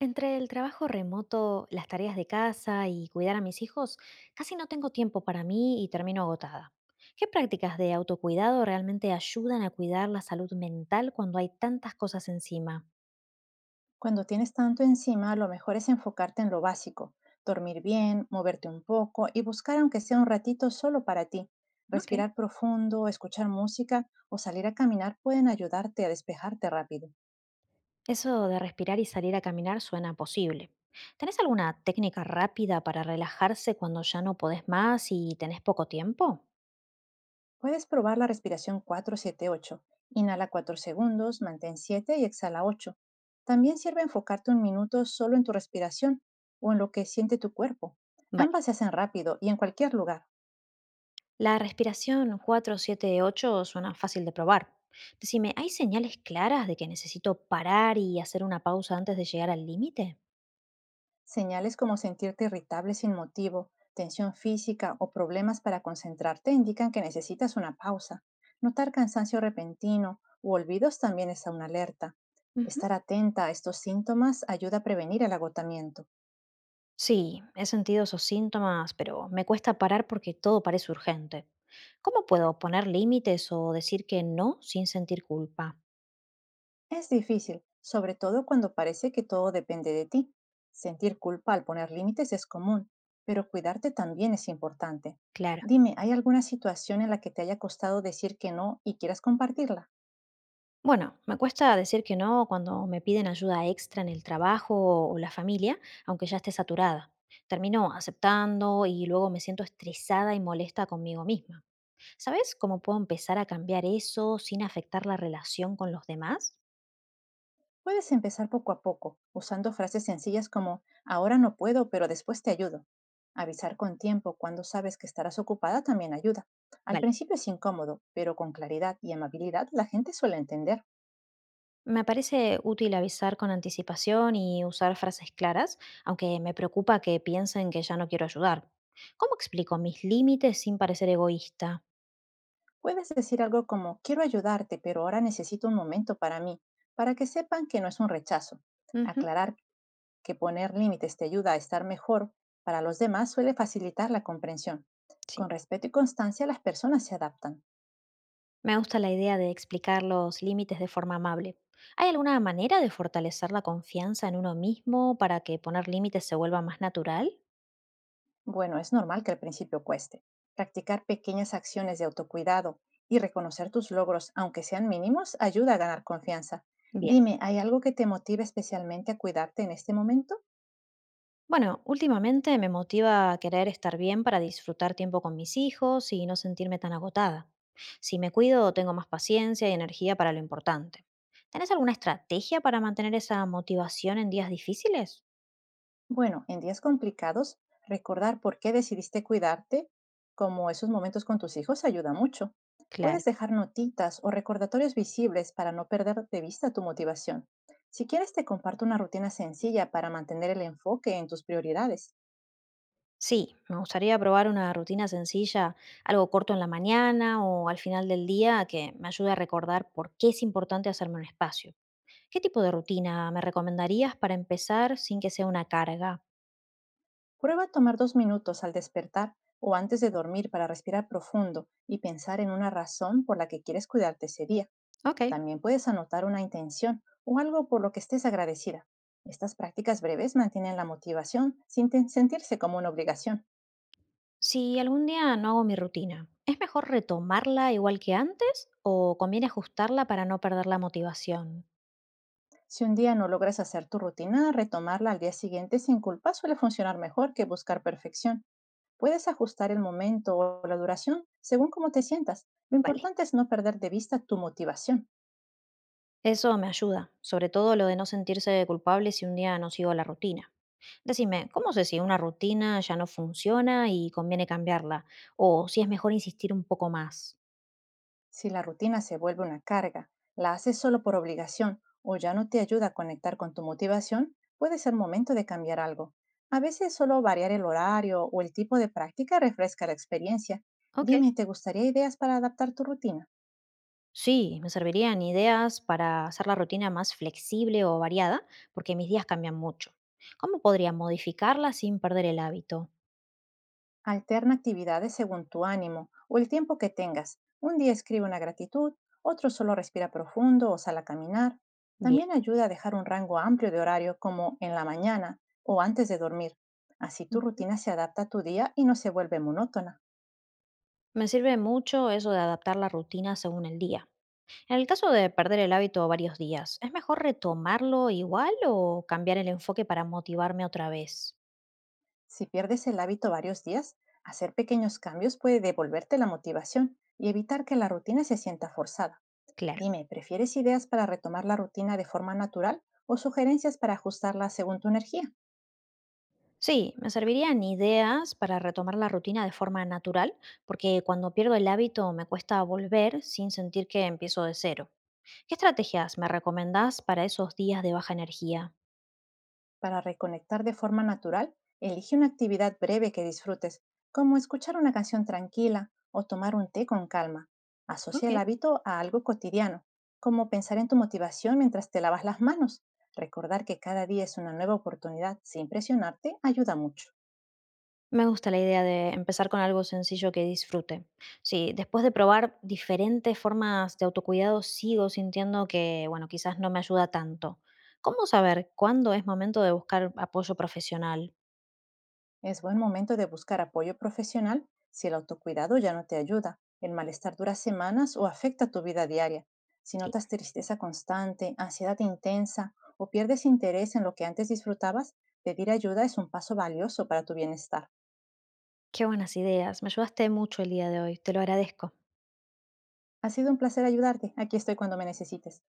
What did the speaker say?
Entre el trabajo remoto, las tareas de casa y cuidar a mis hijos, casi no tengo tiempo para mí y termino agotada. ¿Qué prácticas de autocuidado realmente ayudan a cuidar la salud mental cuando hay tantas cosas encima? Cuando tienes tanto encima, lo mejor es enfocarte en lo básico, dormir bien, moverte un poco y buscar aunque sea un ratito solo para ti. Ok. Respirar profundo, escuchar música o salir a caminar pueden ayudarte a despejarte rápido. Eso de respirar y salir a caminar suena posible. ¿Tenés alguna técnica rápida para relajarse cuando ya no podés más y tenés poco tiempo? Puedes probar la respiración 4-7-8: inhala 4 segundos, mantén 7 y exhala 8. También sirve enfocarte un minuto solo en tu respiración o en lo que siente tu cuerpo. Ambas Vale. se hacen rápido y en cualquier lugar. La respiración 4-7-8 suena fácil de probar. Decime, ¿hay señales claras de que necesito parar y hacer una pausa antes de llegar al límite? Señales como sentirte irritable sin motivo, tensión física o problemas para concentrarte indican que necesitas una pausa. Notar cansancio repentino u olvidos también es una alerta. Ujú. Estar atenta a estos síntomas ayuda a prevenir el agotamiento. Sí, he sentido esos síntomas, pero me cuesta parar porque todo parece urgente. ¿Cómo puedo poner límites o decir que no sin sentir culpa? Es difícil, sobre todo cuando parece que todo depende de ti. Sentir culpa al poner límites es común, pero cuidarte también es importante. Claro. Dime, ¿hay alguna situación en la que te haya costado decir que no y quieras compartirla? Bueno, me cuesta decir que no cuando me piden ayuda extra en el trabajo o la familia, aunque ya esté saturada. Termino aceptando y luego me siento estresada y molesta conmigo misma. ¿Sabes cómo puedo empezar a cambiar eso sin afectar la relación con los demás? Puedes empezar poco a poco, usando frases sencillas como ahora no puedo, pero después te ayudo. Avisar con tiempo cuando sabes que estarás ocupada también ayuda. Al Vale. principio es incómodo, pero con claridad y amabilidad la gente suele entender. Me parece útil avisar con anticipación y usar frases claras, aunque me preocupa que piensen que ya no quiero ayudar. ¿Cómo explico mis límites sin parecer egoísta? Puedes decir algo como quiero ayudarte, pero ahora necesito un momento para mí, para que sepan que no es un rechazo. Ujú, Aclarar que poner límites te ayuda a estar mejor para los demás suele facilitar la comprensión. sí. Con respeto y constancia las personas se adaptan. Me gusta la idea de explicar los límites de forma amable. ¿Hay alguna manera de fortalecer la confianza en uno mismo para que poner límites se vuelva más natural? Bueno, es normal que al principio cueste. Practicar pequeñas acciones de autocuidado y reconocer tus logros, aunque sean mínimos, ayuda a ganar confianza. Bien. Dime, ¿hay algo que te motive especialmente a cuidarte en este momento? Bueno, últimamente me motiva a querer estar bien para disfrutar tiempo con mis hijos y no sentirme tan agotada. Si me cuido, tengo más paciencia y energía para lo importante. ¿Tenés alguna estrategia para mantener esa motivación en días difíciles? Bueno, en días complicados, recordar por qué decidiste cuidarte, como esos momentos con tus hijos, ayuda mucho. Puedes Claro. dejar notitas o recordatorios visibles para no perder de vista tu motivación. Si quieres, te comparto una rutina sencilla para mantener el enfoque en tus prioridades. Sí, me gustaría probar una rutina sencilla, algo corto en la mañana o al final del día que me ayude a recordar por qué es importante hacerme un espacio. ¿Qué tipo de rutina me recomendarías para empezar sin que sea una carga? Prueba tomar 2 minutos al despertar o antes de dormir para respirar profundo y pensar en una razón por la que quieres cuidarte ese día. Ok. También puedes anotar una intención o algo por lo que estés agradecida. Estas prácticas breves mantienen la motivación sin sentirse como una obligación. Si algún día no hago mi rutina, ¿es mejor retomarla igual que antes o conviene ajustarla para no perder la motivación? Si un día no logras hacer tu rutina, retomarla al día siguiente sin culpa suele funcionar mejor que buscar perfección. Puedes ajustar el momento o la duración según cómo te sientas. Lo Vale. importante es no perder de vista tu motivación. Eso me ayuda, sobre todo lo de no sentirse culpable si un día no sigo la rutina. Decime, ¿cómo sé si una rutina ya no funciona y conviene cambiarla? ¿O si es mejor insistir un poco más? Si la rutina se vuelve una carga, la haces solo por obligación o ya no te ayuda a conectar con tu motivación, puede ser momento de cambiar algo. A veces solo variar el horario o el tipo de práctica refresca la experiencia. Ok. Dime, ¿te gustaría ideas para adaptar tu rutina? Sí, me servirían ideas para hacer la rutina más flexible o variada, porque mis días cambian mucho. ¿Cómo podría modificarla sin perder el hábito? Alterna actividades según tu ánimo o el tiempo que tengas. Un día escribe una gratitud, otro solo respira profundo o sal a caminar. Bien. También ayuda a dejar un rango amplio de horario como en la mañana o antes de dormir. Así tu Ujú. rutina se adapta a tu día y no se vuelve monótona. Me sirve mucho eso de adaptar la rutina según el día. En el caso de perder el hábito varios días, ¿es mejor retomarlo igual o cambiar el enfoque para motivarme otra vez? Si pierdes el hábito varios días, hacer pequeños cambios puede devolverte la motivación y evitar que la rutina se sienta forzada. Claro. Dime, ¿prefieres ideas para retomar la rutina de forma natural o sugerencias para ajustarla según tu energía? Sí, me servirían ideas para retomar la rutina de forma natural, porque cuando pierdo el hábito me cuesta volver sin sentir que empiezo de cero. ¿Qué estrategias me recomendás para esos días de baja energía? Para reconectar de forma natural, elige una actividad breve que disfrutes, como escuchar una canción tranquila o tomar un té con calma. Asocia Ok. el hábito a algo cotidiano, como pensar en tu motivación mientras te lavas las manos. Recordar que cada día es una nueva oportunidad sin presionarte ayuda mucho. Me gusta la idea de empezar con algo sencillo que disfrute. Sí, después de probar diferentes formas de autocuidado, sigo sintiendo que, bueno, quizás no me ayuda tanto. ¿Cómo saber cuándo es momento de buscar apoyo profesional? Es buen momento de buscar apoyo profesional si el autocuidado ya no te ayuda, el malestar dura semanas o afecta tu vida diaria. Si Sí, notas tristeza constante, ansiedad intensa o pierdes interés en lo que antes disfrutabas, pedir ayuda es un paso valioso para tu bienestar. qué buenas ideas. Me ayudaste mucho el día de hoy. Te lo agradezco. Ha sido un placer ayudarte. Aquí estoy cuando me necesites.